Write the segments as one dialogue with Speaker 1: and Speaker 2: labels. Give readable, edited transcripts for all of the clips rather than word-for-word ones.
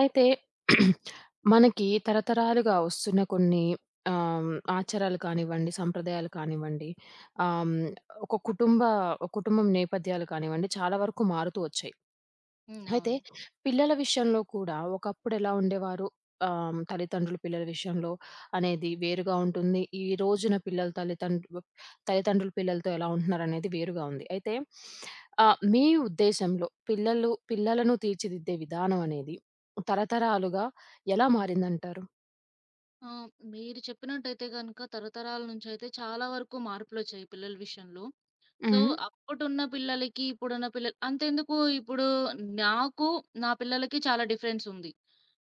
Speaker 1: అయితే మనకి తరతరాలుగా వస్తున్న కొన్ని ఆహ్, ఆచారాలు కానివ్వండి, సంప్రదాయాలు కానివ్వండి, ఆహ్, హ్మ్, ఒక కుటుంబ ఒక కుటుంబం నేపథ్యాలు కానివ్వండి, చాలా వరకు మారుతూ వచ్చాయి.
Speaker 2: హ్మ్.
Speaker 1: అయితే
Speaker 2: అవును.
Speaker 1: పిల్లల విషయంలో కూడా ఒకప్పుడు ఎలా ఉండేవారు తల్లిదండ్రులు పిల్లల విషయంలో అనేది వేరుగా ఉంటుంది. ఈ రోజున పిల్లల తల్లిదండ్రులు తల్లిదండ్రులు పిల్లలతో ఎలా ఉంటున్నారనేది వేరుగా ఉంది. అయితే మీ ఉద్దేశంలో పిల్లలను తీర్చిదిద్దే విధానం అనేది తరతరాలుగా ఎలా మారిందంటారు?
Speaker 2: ఆహ్, మీరు చెప్పినట్టయితే గనుక తరతరాల నుంచయితే చాలా వరకు మార్పులొచ్చాయి పిల్లల విషయంలో. సో,
Speaker 1: హ్మ్.
Speaker 2: అప్పుడున్న పిల్లలకి, ఇప్పుడున్న పిల్లలు అంతెందుకు ఇప్పుడు నాకు, నా పిల్లలకి చాలా డిఫరెన్స్ ఉంది.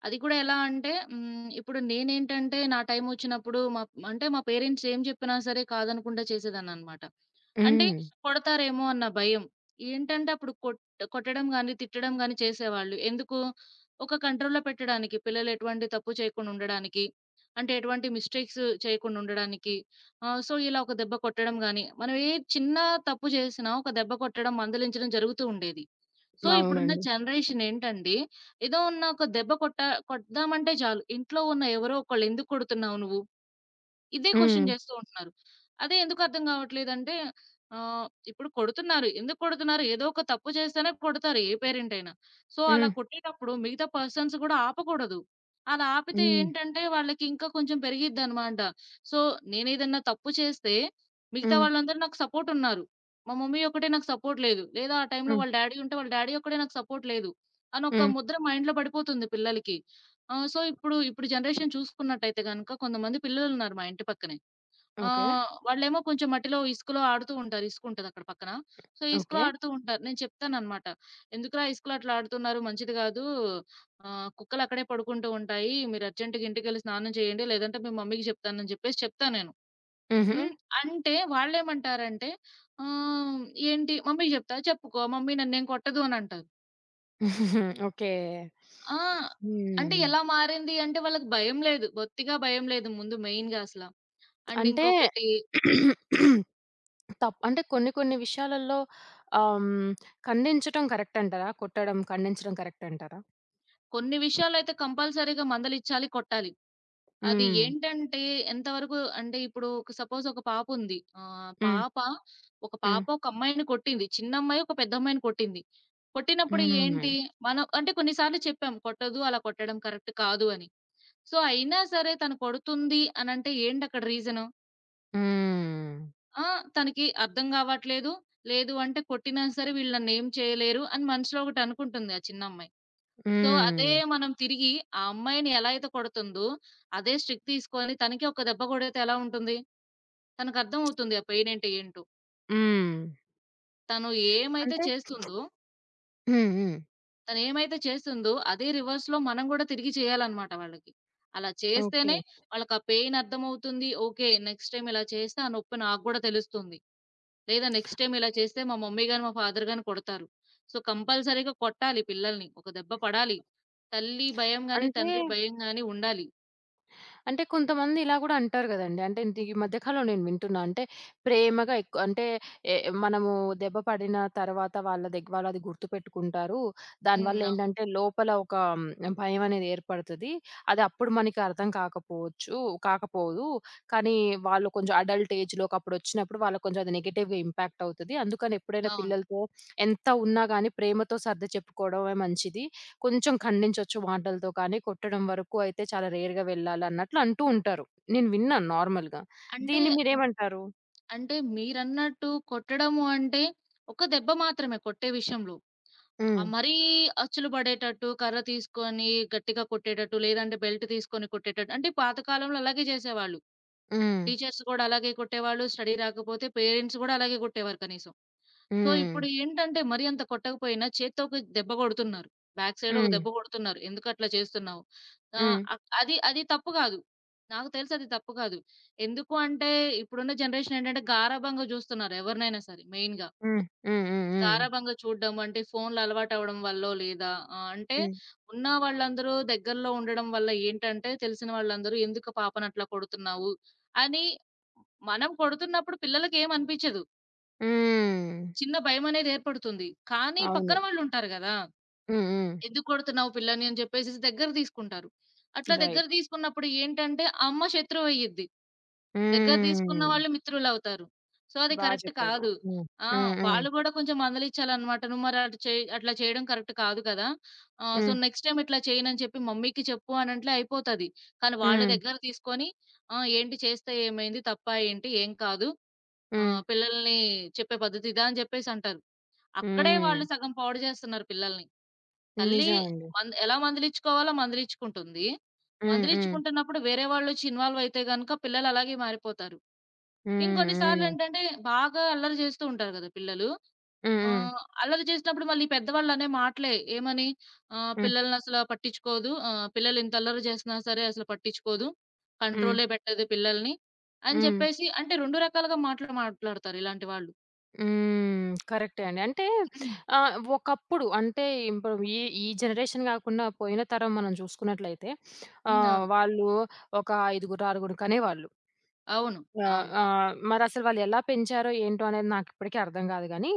Speaker 2: అది కూడా ఎలా అంటే హ్మ్. ఇప్పుడు నేనేంటంటే, నా టైమొచ్చినప్పుడు మా అంటే మా పేరెంట్స్ ఏం చెప్పినా సరే కాదనకుండా చేసేదాన్ననమాట. అంటే
Speaker 1: హ్మ్.
Speaker 2: కొడతారేమో అన్న భయం. ఏంటంటే అప్పుడు కొట్టడం గాని, తిట్టడం గాని చేసేవాళ్ళు. ఎందుకు? ఒక కంట్రోల్‌లో పెట్టడానికి. పిల్లలు ఎటువంటి తప్పు చేయకుండా ఉండడానికి. అంటే ఎటువంటి మిస్టేక్స్ చేయకుండా ఉండడానికి. సో, ఇలా ఒక దెబ్బ కొట్టడం గాని, మనం ఏ చిన్న తప్పు చేసినా ఒక దెబ్బ కొట్టడం, మందలించడం జరుగుతూ ఉండేది. సో, ఇప్పుడున్న
Speaker 1: అవునండి.
Speaker 2: జనరేషన్ ఏంటండి, ఏదో ఉన్న ఒక దెబ్బ కొడదామంటే చాలు. ఇంట్లో ఉన్న ఎవరో ఒకళ్ళు ఎందుకు కొడుతున్నావు నువ్వు? ఇదే
Speaker 1: హ్మ్.
Speaker 2: క్వెషన్ జేస్తూ ఉంటున్నారు. అదే ఎందుకు అర్థం గావట్లేదంటే ఇప్పుడు కొడుతున్నారు. ఎందుకు కొడుతున్నారు? ఏదో ఒక తప్పు చేస్తేనే కొడతారు ఏ పేరెంట్ అయినా. సో, అలా
Speaker 1: హ్మ్.
Speaker 2: కొట్టేటప్పుడు మిగతా పర్సన్స్ గూడా ఆపకూడదు. అలా ఆపితే
Speaker 1: హ్మ్.
Speaker 2: ఏంటంటే వాళ్ళకి ఇంకా కొంచెం పెరిగిద్దనమాట. సో, నేనేదన్నా తప్పు చేస్తే మిగతా
Speaker 1: హ్మ్.
Speaker 2: వాళ్ళందరూ నాకు సపోర్ట్ ఉన్నారు. మా మమ్మీ ఒక్కటే నాకు సపోర్ట్ లేదు. లేదా ఆ టైంలో
Speaker 1: హ్మ్.
Speaker 2: వాళ్ళ డ్యాడీ ఉంటే వాళ్ళ డ్యాడీ ఒక్కడే నాకు సపోర్ట్ లేదు. అనొక
Speaker 1: హ్మ్.
Speaker 2: ముద్ర మైండ్‌లో పడిపోతుంది పిల్లలకి. ఆ! సో, ఇప్పుడు జనరేషన్ చూసుకున్నట్టయితే గనక కొంతమంది పిల్లలున్నారు మా ఇంటి పక్కనే.
Speaker 1: ఓకే.
Speaker 2: వాళ్ళేమో కొంచెం మట్టిలో, ఇసుకలో ఆడుతూ ఉంటారు. ఇసుకుంటదక్కడ పక్కన. సో, ఇసుకలో
Speaker 1: ఓకే.
Speaker 2: ఆడుతూ ఉంటారు. నేను చెప్తాననమాట. "ఎందుకురా ఇసుకలో అట్లా ఆడుతున్నారు? మంచిది గాదు. కుక్కలక్కడే పడుకుంటూ ఉంటాయి. మీరు అర్జెంట్‌గా ఇంటికెళ్ళి స్నానం చేయండి. లేదంటే మీ మమ్మీకి చెప్తానని" చెప్పేసి చెప్తా నేను.
Speaker 1: హుహు.
Speaker 2: హ్మ్. అంటే వాళ్ళేమంటారంటే ఆహ్, "ఏంటి మమ్మీకి జెప్తా? చెప్పుకో మమ్మీ నన్నేం కొట్టదు" అనంటారు.
Speaker 1: ఓకే.
Speaker 2: ఆ! అంటే
Speaker 1: హ్మ్.
Speaker 2: ఎలా మారింది అంటే వాళ్ళకి భయం లేదు. బొత్తిగా భయం లేదు ముందు మెయిన్‌గా అసల. అండ్
Speaker 1: అంటే
Speaker 2: ఇంకొకటి
Speaker 1: అంటే కొన్ని కొన్ని విషయాలలో ఆహ్, హ్మ్, ఖండించటం కరెక్ట్ అంటారా? కొట్టడం, ఖండించడం కరెక్ట్ అంటారా?
Speaker 2: కొన్ని విషయాలైతే కంపల్సరీగా మందలిచ్చాలి, కొట్టాలి. అది
Speaker 1: హ్మ్.
Speaker 2: ఏంటంటే ఎంతవరకు అంటే ఇప్పుడు ఒక సపోజ్ ఒక పాప ఉంది. ఆహ్,
Speaker 1: హ్మ్.
Speaker 2: పాప ఒక
Speaker 1: హ్మ్.
Speaker 2: పాప ఒక అమ్మాయిని కొట్టింది. చిన్న అమ్మాయి ఒక పెద్ద అమ్మాయిని కొట్టింది. కొట్టినప్పుడు
Speaker 1: హ్మ్.
Speaker 2: ఏంటి మనం అంటే కొన్ని సార్లు చెప్పాం కొట్టొద్దు, అలా కొట్టడం కరెక్ట్ కాదు అని. సో, అయినా సరే తను కొడుతుంది అనంటే ఏంటి అక్కడ రీజన్?
Speaker 1: హ్మ్.
Speaker 2: ఆ! తనకి అర్థం గావట్లేదు. లేదు అంటే కొట్టినా సరే వీళ్ళు నన్నేం చేయలేరు అని మనసులో ఒకటనుకుంటుంది ఆ చిన్నమ్మాయి. సో, అదే
Speaker 1: హ్మ్.
Speaker 2: మనం తిరిగి ఆ అమ్మాయిని ఎలా అయితే కొడుతుందో, అదే స్ట్రిక్ తీసుకొని తనకి ఒక దెబ్బ కొడితే ఎలా ఉంటుంది? తనకర్థమవుతుంది ఆ పెయినంటే ఏంటో.
Speaker 1: హ్మ్.
Speaker 2: తను ఏమైతే
Speaker 1: అంటే
Speaker 2: చేస్తుందో,
Speaker 1: హ్మ్. హ్మ్.
Speaker 2: తనేమైతే చేస్తుందో అదే రివర్స్‌లో మనం గూడా తిరిగి చేయాలనమాట వాళ్ళకి. అలా
Speaker 1: ఓకే.
Speaker 2: చేస్తేనే వాళ్ళకా పెయిన్ అర్థమవుతుంది. ఓకే. నెక్స్ట్ టైమ్ ఇలా చేస్తే ఆ నొప్పి నాకు గూడా తెలుస్తుంది. లేదా నెక్స్ట్ టైమ్ ఇలా చేస్తే మా మమ్మీ గాని, మా ఫాదర్ గాని కొడతారు. సో, కంపల్సరీగా కొట్టాలి పిల్లల్ని. ఒక దెబ్బ పడాలి. తల్లి భయం గాని,
Speaker 1: అంటే,
Speaker 2: తండ్రి భయం గాని ఉండాలి.
Speaker 1: అంటే కొంతమంది ఇలా గూడా అంటారు గదండీ! అంటే ఇంత ఈ మధ్య కాలంలో నేను వింటున్నా. అంటే ప్రేమగా ఎక్కువ అంటే ఎ మనము దెబ్బ పడిన తర్వాత వాళ్ళది గుర్తుపెట్టుకుంటారు.
Speaker 2: హ్మ్. అవును.
Speaker 1: దానివల్లేంటంటే లోపల ఒక భయం అనేది ఏర్పడతది. అది అప్పుడు మనకి అర్థం కాకపోవచ్చు కాకపోదు. కానీ వాళ్ళు కొంచెం అడల్ట్ ఏజ్‌లోకి అప్పుడొచ్చినప్పుడు వాళ్ళకి కొంచెం అది నెగెటివ్‌గా ఇంపాక్ట్ అవుతది. అందుకని ఎప్పుడైనా
Speaker 2: అవును.
Speaker 1: పిల్లలతో ఎంత ఉన్నా గాని ప్రేమతో సర్ది చెప్పుకోవడమే మంచిది. కొంచెం ఖండించొచ్చు మాటలతో కానీ, కొట్టడం వరకు అయితే చాలా రేర్‌గా వెళ్ళాలన్నట్లు అంటూ ఉంటారు. నేను విన్నాను నార్మల్‌గా.
Speaker 2: అంటే
Speaker 1: దీన్ని
Speaker 2: హ్మ్.
Speaker 1: మీరేమంటారు?
Speaker 2: అంటే మీరన్నట్టు కొట్టడము అంటే ఒక దెబ్బ మాత్రమే కొట్టే విషయంలో.
Speaker 1: హ్మ్.
Speaker 2: మరీ అచ్చులు పడేటట్టు, కర్ర తీసుకొని గట్టిగా కొట్టేటట్టు, లేదంటే బెల్ట్ తీసుకొని కొట్టేటట్టు అంటే పాత కాలంలో అలాగే చేసేవాళ్ళు.
Speaker 1: హ్మ్.
Speaker 2: టీచర్స్ కూడా అలాగే కొట్టేవాళ్ళు. స్టడీ రాకపోతే పేరెంట్స్ కూడా అలాగే కొట్టేవారు కనీసం. సో,
Speaker 1: హ్మ్.
Speaker 2: ఇప్పుడు ఏంటంటే మరీ అంత కొట్టకపోయినా చేత్తో ఒక దెబ్బ కొడుతున్నారు. బ్యాక్ సైడ్ ఒక
Speaker 1: హ్మ్.
Speaker 2: దెబ్బ కొడుతున్నారు. ఎందుకట్లా చేస్తున్నావు? ఆహ్,
Speaker 1: హ్మ్.
Speaker 2: అక్ అది అది తప్పు కాదు. నాకు తెలిసి అది తప్పు కాదు. ఎందుకు అంటే ఇప్పుడున్న జనరేషన్ ఏంటంటే గారాబంగా చూస్తున్నారు ఎవరినైనా సరే మెయిన్‌గా.
Speaker 1: హ్మ్. హ్మ్. హ్మ్. హ్మ్.
Speaker 2: గారాబంగా చూడడం అంటే ఫోన్‌లు అలవాటవ్వడం వల్లో లేదా అంటే
Speaker 1: హ్మ్.
Speaker 2: ఉన్న వాళ్ళందరూ దగ్గరలో ఉండడం వల్ల ఏంటంటే తెలిసిన వాళ్ళందరూ ఎందుకు పాపనట్లా కొడుతున్నావు? అని మనం కొడుతున్నప్పుడు పిల్లలకేమనిపిచ్చదు.
Speaker 1: హ్మ్.
Speaker 2: చిన్న భయమనేది ఏర్పడుతుంది. కానీ
Speaker 1: అవును.
Speaker 2: పక్కన వాళ్ళుంటారు గదా!
Speaker 1: హ్మ్. హ్మ్.
Speaker 2: ఎందుకు కొడుతున్నావు పిల్లని అని జెప్పేసేసి దగ్గర తీసుకుంటారు. అట్లా దగ్గర
Speaker 1: రైట్.
Speaker 2: తీసుకున్నప్పుడు ఏంటంటే ఆ అమ్మ శత్రువయ్యిద్ది. దగ్గర తీసుకున్న
Speaker 1: హ్మ్.
Speaker 2: వాళ్ళు మిత్రులవుతారు. సో, అది
Speaker 1: బా
Speaker 2: కరెక్ట్
Speaker 1: చెప్పారు.
Speaker 2: కాదు.
Speaker 1: హ్మ్.
Speaker 2: ఆ!
Speaker 1: హ్మ్. హ్మ్.
Speaker 2: వాళ్ళు గూడా కొంచెం మందలించాలనమాట. నువ్వు మరి అటు చే అట్లా చేయడం కరెక్ట్ కాదు కదా! సో,
Speaker 1: హ్మ్.
Speaker 2: నెక్స్ట్ టైమ్ ఇట్లా చేయనని చెప్పి మమ్మీకి చెప్పు అనంట్లే అయిపోతది. కానీ వాళ్ళ
Speaker 1: హ్మ్.
Speaker 2: దగ్గర తీసుకొని ఆ! ఏంటి చేస్తే ఏమైంది? తప్పా ఏంటి? ఏం కాదు.
Speaker 1: హ్మ్.
Speaker 2: పిల్లల్ని చెప్పే పద్ధతి ఇదా అని జెప్పేసంటారు. అక్కడే
Speaker 1: హ్మ్.
Speaker 2: వాళ్ళు సగం పాడు జేస్తున్నారు పిల్లల్ని. తల్లి
Speaker 1: నిజమండి.
Speaker 2: ఎలా మందిలించుకోవాలో మందిలించుకుంటుంది.
Speaker 1: హ్మ్. హ్మ్.
Speaker 2: మందిలించుకుంటున్నప్పుడు వేరే వాళ్ళొచ్చి ఇన్వాల్వ్ అయితే గనుక పిల్లలు అలాగే మారిపోతారు.
Speaker 1: హ్మ్.
Speaker 2: ఇంకొన్ని
Speaker 1: హ్మ్.
Speaker 2: సార్లేంటంటే బాగా అల్లరి జేస్తూ ఉంటారు గదా! పిల్లలు.
Speaker 1: హ్మ్. హ్మ్.
Speaker 2: ఆహ్, అల్లరి చేసినప్పుడు మళ్ళీ పెద్దవాళ్ళనే మాటలే ఏమని
Speaker 1: హ్మ్.
Speaker 2: పిల్లలనసల పట్టించుకోదు. పిల్లలు ఇంత అల్లరి చేసినా సరే అసలు పట్టించుకోదు.
Speaker 1: హ్మ్.
Speaker 2: కంట్రోలే పెట్టదు పిల్లల్ని అని
Speaker 1: హ్మ్.
Speaker 2: చెప్పేసి అంటే 2 రకాలుగా మాటలు మాట్లాడతారు ఇలాంటి వాళ్ళు.
Speaker 1: హ్మ్. కరెక్టే అండి. అంటే
Speaker 2: హ్మ్.
Speaker 1: ఒకప్పుడు అంటే ఇప్పుడు ఈ ఈ జనరేషన్ గాకుండా పోయిన తరం మనం చూసుకున్నట్లయితే
Speaker 2: హ్మ్. అవును.
Speaker 1: వాళ్ళు ఒక ఐదుగురు, ఆరుగురు కనేవాళ్ళు.
Speaker 2: అవును.
Speaker 1: ఆహ్,
Speaker 2: అవును.
Speaker 1: ఆహ్, మరసలు వాళ్ళు ఎలా పెంచారో ఏంటో అనేది నాకిప్పటికి అర్థం గాదు గానీ,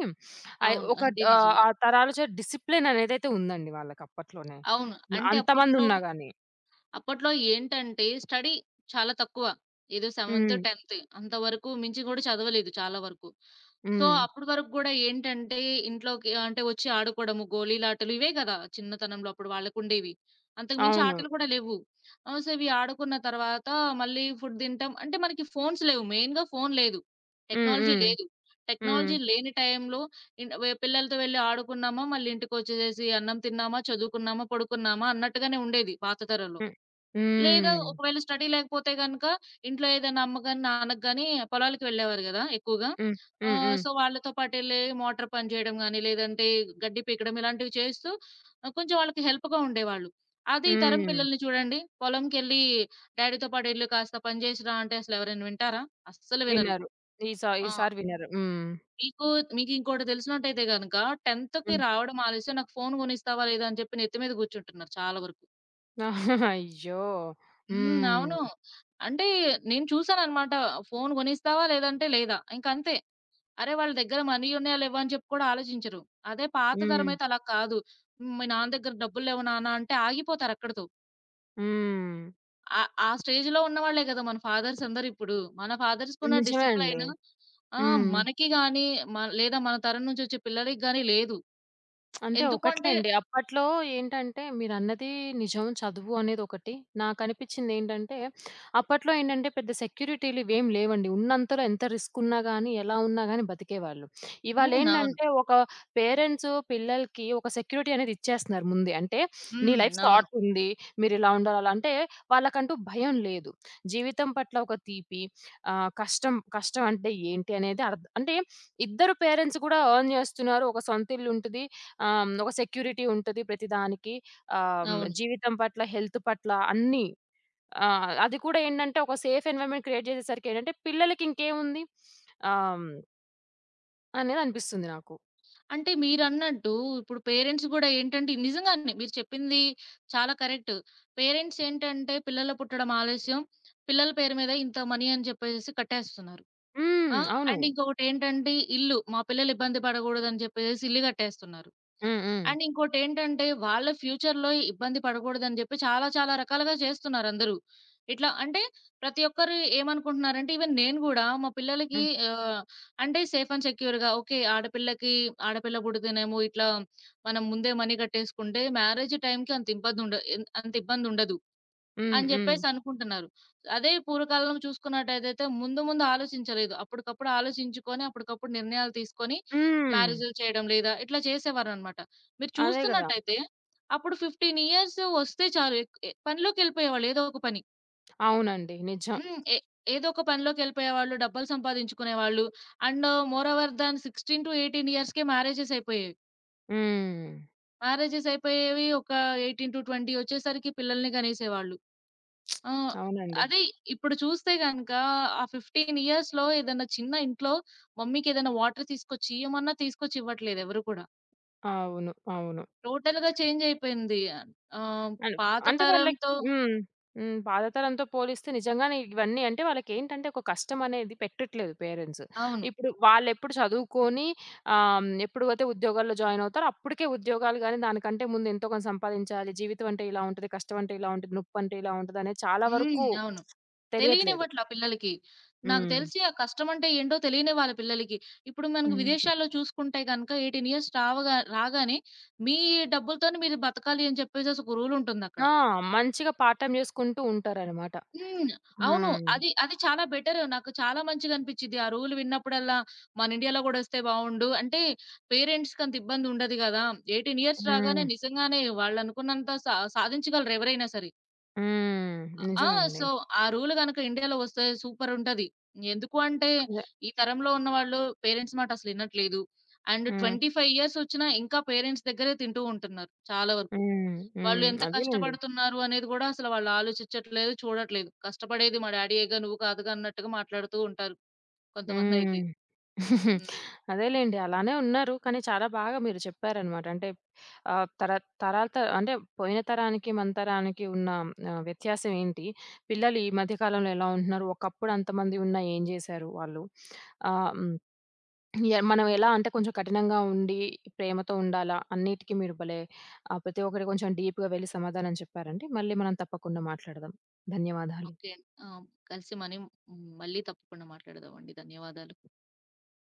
Speaker 2: అవును.
Speaker 1: ఒక
Speaker 2: అది నిజమే.
Speaker 1: ఆ తరాల చేత డిసిప్లిన్ అనేదైతే ఉందండి వాళ్ళకప్పట్లోనే.
Speaker 2: అవును. అంటే అప్పట్లో
Speaker 1: అంతమందున్నా గానీ.
Speaker 2: అప్పట్లో ఏంటంటే స్టడీ చాలా తక్కువ. ఏదో 7th,
Speaker 1: హ్మ్.
Speaker 2: 10th అంతవరకు మించి గూడా చదవలేదు చాలా వరకు. సో,
Speaker 1: హ్మ్.
Speaker 2: అప్పటి వరకు గూడా ఏంటంటే ఇంట్లోకి అంటే వచ్చి ఆడుకోవడము, గోళీలాటలు ఇవే గదా! చిన్నతనంలో అప్పుడు వాళ్ళకుండేవి. అంతకు మించి
Speaker 1: అవును.
Speaker 2: ఆటలు కూడా లేవు. సో, ఇవి ఆడుకున్న తర్వాత మళ్ళీ ఫుడ్ తింటాం. అంటే మనకి ఫోన్స్ లేవు. మెయిన్‌గా ఫోను లేదు.
Speaker 1: హ్మ్.
Speaker 2: టెక్నాలజీ
Speaker 1: హ్మ్.
Speaker 2: లేదు.
Speaker 1: హ్మ్.
Speaker 2: టెక్నాలజీ లేని టైంలో ఇన్ వె పిల్లలతో వెళ్లి ఆడుకున్నామా, మళ్ళీ ఇంటికొచ్చేసేసి అన్నం తిన్నామా, చదువుకున్నామా, పడుకున్నామా అన్నట్టుగానే ఉండేది పాత తరంలో.
Speaker 1: హ్మ్.
Speaker 2: లేదా
Speaker 1: హ్మ్.
Speaker 2: ఒకవేళ స్టడీ లేకపోతే గనక ఇంట్లో ఏదైనా అమ్మగాని, నాన్నకి గాని పొలాలకు వెళ్ళేవారు గదా! ఎక్కువగా.
Speaker 1: హ్మ్. హ్మ్. హ్మ్.
Speaker 2: సో, వాళ్ళతో పాటెళ్ళి మోటార్ పని చేయడం గాని, లేదంటే గడ్డి పీకడం ఇలాంటివి చేస్తూ కొంచెం వాళ్ళకి హెల్ప్‌గా ఉండేవాళ్ళు. అదే ఈ తరం
Speaker 1: హ్మ్.
Speaker 2: పిల్లల్ని చూడండి. పొలంకెళ్ళి డ్యాడీతో పాటు ఎళ్లి కాస్త పని చేసిరా అంటే అసలు ఎవరైనా వింటారా? అస్సలు వినరు.
Speaker 1: వినరు.
Speaker 2: ఆ!
Speaker 1: ఈసారి వినరు. హ్మ్.
Speaker 2: మీకు మీకింకోటి తెలిసినట్టయితే గనక 10థ్‌కి
Speaker 1: హ్మ్.
Speaker 2: రావడం ఆలస్యం నాకు ఫోను కొనిస్తావా లేదా అని చెప్పి నెత్తి మీద కూర్చుంటున్నారు చాలా వరకు.
Speaker 1: అయ్యో!
Speaker 2: హ్మ్.
Speaker 1: హ్మ్.
Speaker 2: అవును. అంటే నేను చూసాననమాట. ఫోను కొనిస్తావా? లేదంటే లేదా. ఇంకంతే. అరే! వాళ్ళ దగ్గర మనీ ఉన్నాయా? లేవా? అని చెప్పి కూడా ఆలోచించరు. అదే పాత
Speaker 1: హ్మ్.
Speaker 2: తరమైతే అలా కాదు. హ్మ్. మీ నాన్న దగ్గర డబ్బులు లేవు నాన్న అంటే ఆగిపోతారక్కడితో.
Speaker 1: హ్మ్.
Speaker 2: ఆ ఆ స్టేజ్‌లో ఉన్నవాళ్ళే గదా! మన ఫాదర్స్ అందరిప్పుడు. మన ఫాదర్స్‌కున్న
Speaker 1: నిజమే అండి.
Speaker 2: డిసిప్లైను ఆ!
Speaker 1: హ్మ్.
Speaker 2: మనకి గాని లేదా మన తరం నుంచొచ్చే పిల్లలకి గాని లేదు.
Speaker 1: అంటే
Speaker 2: ఎందుకు అంటే
Speaker 1: ఒకట్లేండి. అప్పట్లో ఏంటంటే మీరన్నది నిజం చదువు అనేది ఒకటి. నాకనిపించిందేంటంటే, అప్పట్లో ఏంటంటే పెద్ద సెక్యూరిటీలివేమి లేవండి. ఉన్నంతలో ఎంత రిస్క్ ఉన్నా గాని, ఎలా ఉన్నా గాని బతికేవాళ్ళు.
Speaker 2: హ్మ్. అవును.
Speaker 1: ఇవాళేంటంటే ఒక పేరెంట్స్ పిల్లలకి ఒక సెక్యూరిటీ అనేది ఇచ్చేస్తున్నారు ముందే. అంటే నీ
Speaker 2: హ్మ్.
Speaker 1: లైఫ్
Speaker 2: అవును.
Speaker 1: సార్ట్ ఉంది. మీరిలా ఉండాలి, అలా అంటే వాళ్ళకంటూ భయం లేదు. జీవితం పట్ల ఒక తీపి కష్టం, కష్టం అంటే ఏంటి అనేది అర్థం అంటే ఇద్దరు పేరెంట్స్ కూడా ఎర్న్ చేస్తున్నారు. ఒక సొంత ఇల్లుంటది. ఆహ్, హ్మ్. ఒక సెక్యూరిటీ ఉంటది ప్రతిదానికి. ఆహ్, హ్మ్.
Speaker 2: అవును.
Speaker 1: జీవితం పట్ల, హెల్త్ పట్ల అన్నీ. అది కూడా ఏంటంటే ఒక సేఫ్ ఎన్వైర్న్‌మెంట్ క్రియేట్ చేసేసరికి ఏంటంటే పిల్లలకి ఇంకేముంది ఆహ్, హ్మ్. అనేది అనిపిస్తుంది నాకు.
Speaker 2: అంటే మీరన్నట్టు ఇప్పుడు పేరెంట్స్ గూడా ఏంటంటే నిజంగానే మీరు చెప్పింది చాలా కరెక్ట్. పేరెంట్స్ ఏంటంటే పిల్లలు పుట్టడం ఆలస్యం. పిల్లల పేరు మీద ఇంత మనీ అని చెప్పేసేసి కట్టేస్తున్నారు. ఆ!
Speaker 1: హ్మ్. అవును.
Speaker 2: అండ్ ఇంకొకటేంటంటే ఇల్లు. మా పిల్లలు ఇబ్బంది పడగూడదని చెప్పేసేసి ఇల్లు కట్టేస్తున్నారు.
Speaker 1: హ్మ్. హ్మ్.
Speaker 2: అండ్ ఇంకోటేంటంటే, వాళ్ళ ఫ్యూచర్‌లో ఇబ్బంది పడకూడదని జెప్పి చాలా చాలా రకాలుగా చేస్తున్నారందరూ. ఇట్లా అంటే ప్రతి ఒక్కరు ఏమనుకుంటున్నారంటే, ఈవెన్ నేను గూడా మా పిల్లలకి
Speaker 1: హ్మ్.
Speaker 2: ఆహ్, అంటే సేఫ్ అండ్ సెక్యూర్‌గా ఓకే. ఆడపిల్లకి ఆడపిల్ల పుడితేనేమో ఇట్లా మనం ముందే మనీ కట్టేసుకుంటే మ్యారేజ్ టైమ్‌కి అంత ఇబ్బందుండదు.
Speaker 1: హ్మ్.
Speaker 2: అని
Speaker 1: హ్మ్.
Speaker 2: జెప్పేసి అనుకుంటున్నారు. అదే పూర్వకాలంలో చూసుకున్నట్టయితే ముందు ముందు ఆలోచించలేదు. అప్పటికప్పుడు ఆలోచించుకొని, అప్పటికప్పుడు నిర్ణయాలు తీసుకొని
Speaker 1: హ్మ్.
Speaker 2: మ్యారేజులు చేయడం లేదా ఇట్లా చేసేవారనమాట. మీరు
Speaker 1: అదే గదా!
Speaker 2: చూస్తున్నట్టయితే అప్పుడు 15 ఇయర్స్ వస్తే చాలు ఎక్ ఎ పనిలోకెళ్ళిపోయేవాళ్ళు ఏదో ఒక పని.
Speaker 1: అవునండి. నిజం.
Speaker 2: హ్మ్. ఏదో ఒక పనిలోకెళ్ళిపోయేవాళ్ళు, డబ్బులు సంపాదించుకునేవాళ్ళు. అండ్ మోర్ ఓవర్ దాన్ 16-18 ఇయర్స్‌కే మ్యారేజెస్ అయిపోయేవి.
Speaker 1: హ్మ్.
Speaker 2: మ్యారేజెస్ అయిపోయేవి. ఒక 18-20 వచ్చేసరికి పిల్లల్ని గనేసేవాళ్ళు. ఆ!
Speaker 1: అవునండి.
Speaker 2: అదే ఇప్పుడు చూస్తే గనక ఆ 15 ఇయర్స్‌లో ఏదన్నా చిన్న ఇంట్లో మమ్మీకేదైనా వాటర్ తీసుకొచ్చి ఇయ్యమన్నా తీసుకొచ్చి ఇవ్వట్లేదు ఎవరు కూడా.
Speaker 1: అవును. అవును.
Speaker 2: టోటల్‌గా చేంజ్ అయిపోయింది. ఆహ్,
Speaker 1: అన్
Speaker 2: పాత
Speaker 1: అంటే వాళ్ళకి
Speaker 2: తరంతో
Speaker 1: హ్మ్. హ్మ్. పాతతరంతో పోలిస్తే నిజంగానే ఇవన్నీ అంటే వాళ్ళకేంటంటే ఒక కష్టం అనేది పెట్టట్లేదు పేరెంట్స్.
Speaker 2: అవును.
Speaker 1: ఇప్పుడు వాళ్ళెప్పుడు చదువుకొని ఎప్పుడైతే ఉద్యోగాల్లో జాయిన్ అవుతారో అప్పటికే ఉద్యోగాలు గాని, దానికంటే ముందు ఎంతో కొంత సంపాదించాలి. జీవితం అంటే ఇలా ఉంటది. కష్టం అంటే ఇలా ఉంటది. నొప్పంటే ఇలా ఉంటదనేది చాలా
Speaker 2: హ్మ్.
Speaker 1: వరకు
Speaker 2: అవును.
Speaker 1: తెలియట్లేదు.
Speaker 2: తెలియనివ్వట్ల పిల్లలకి. నాకు
Speaker 1: హ్మ్.
Speaker 2: తెలిసి ఆ కష్టం అంటే ఏంటో తెలియని వాళ్ళ పిల్లలకి. ఇప్పుడు మనకు
Speaker 1: హ్మ్.
Speaker 2: విదేశాల్లో చూసుకుంటే గనక 18 ఇయర్స్ రావగా రాగానే మీ డబ్బులతోనే మీరు బతకాలి అని చెప్పేసేసి ఒక రూల్ ఉంటుందక్కడ.
Speaker 1: ఆ! మంచిగా పార్ట్ టైమ్ చేసుకుంటూ ఉంటారనమాట.
Speaker 2: హ్మ్. అవును.
Speaker 1: హ్మ్.
Speaker 2: అది అది చాలా బెటర్. నాకు చాలా మంచిగా అనిపిచ్చిద్ది. ఆ రూల్ విన్నప్పుడల్లా మన ఇండియాలో గూడా వస్తే బావుండు. అంటే పేరెంట్స్‌కి అంత ఇబ్బంది ఉండదు గదా! 18 ఇయర్స్ రాగానే
Speaker 1: హ్మ్.
Speaker 2: నిజంగానే వాళ్ళనుకున్నంత సాధించగలరు ఎవరైనా సరే.
Speaker 1: హ్మ్.
Speaker 2: ఆ!
Speaker 1: నిజమండి.
Speaker 2: సో, ఆ రూల్ గనక ఇండియాలో వస్తే సూపర్ ఉంటది. ఎందుకు అంటే
Speaker 1: అదే.
Speaker 2: ఈ తరంలో ఉన్నవాళ్ళు పేరెంట్స్ మాట అసలు ఇనట్లేదు. అండ్
Speaker 1: హ్మ్.
Speaker 2: 25 ఇయర్స్ వచ్చినా ఇంకా పేరెంట్స్ దగ్గరే తింటూ ఉంటున్నారు చాలా వరకు.
Speaker 1: హ్మ్.
Speaker 2: వాళ్ళు
Speaker 1: హ్మ్.
Speaker 2: ఎంత
Speaker 1: అదేలెండి.
Speaker 2: కష్టపడుతున్నారు అనేది గూడా అసలు వాళ్ళు ఆలోచించట్లేదు, చూడట్లేదు. కష్టపడేది మా డ్యాడీయేగా నువ్వు కాదుగా అన్నట్టుగా మాట్లాడుతూ ఉంటారు కొంతమందైతే.
Speaker 1: హ్మ్.
Speaker 2: హ్మ్.
Speaker 1: అదేలెండి. అలానే ఉన్నారు. కానీ చాలా బాగా మీరు చెప్పారనమాట. అంటే ఆహ్, తర తరాల అంటే పోయిన తరానికి, మన తరానికి ఉన్న వ్యత్యాసం ఏంటి? పిల్లలు ఈ మధ్య కాలంలో ఎలా ఉంటున్నారు? ఒకప్పుడు అంతమంది ఉన్నా ఏం జేశారు వాళ్ళు? ఆహ్, హ్మ్. మనం ఎలా అంటే కొంచెం కఠినంగా ఉండి, ప్రేమతో ఉండాలా? అన్నిటికి మీరు భలే ప్రతి ఒక్కటి కొంచెం డీప్‌గా వెళ్లి సమాధానం చెప్పారండి. మళ్ళీ మనం తప్పకుండా మాట్లాడదాం. ధన్యవాదాలు.
Speaker 2: ఓకే అండి. ఆ! కలిసి మనీ హ్మ్. మళ్ళీ తప్పకుండా మాట్లాడదామండి. ధన్యవాదాలు.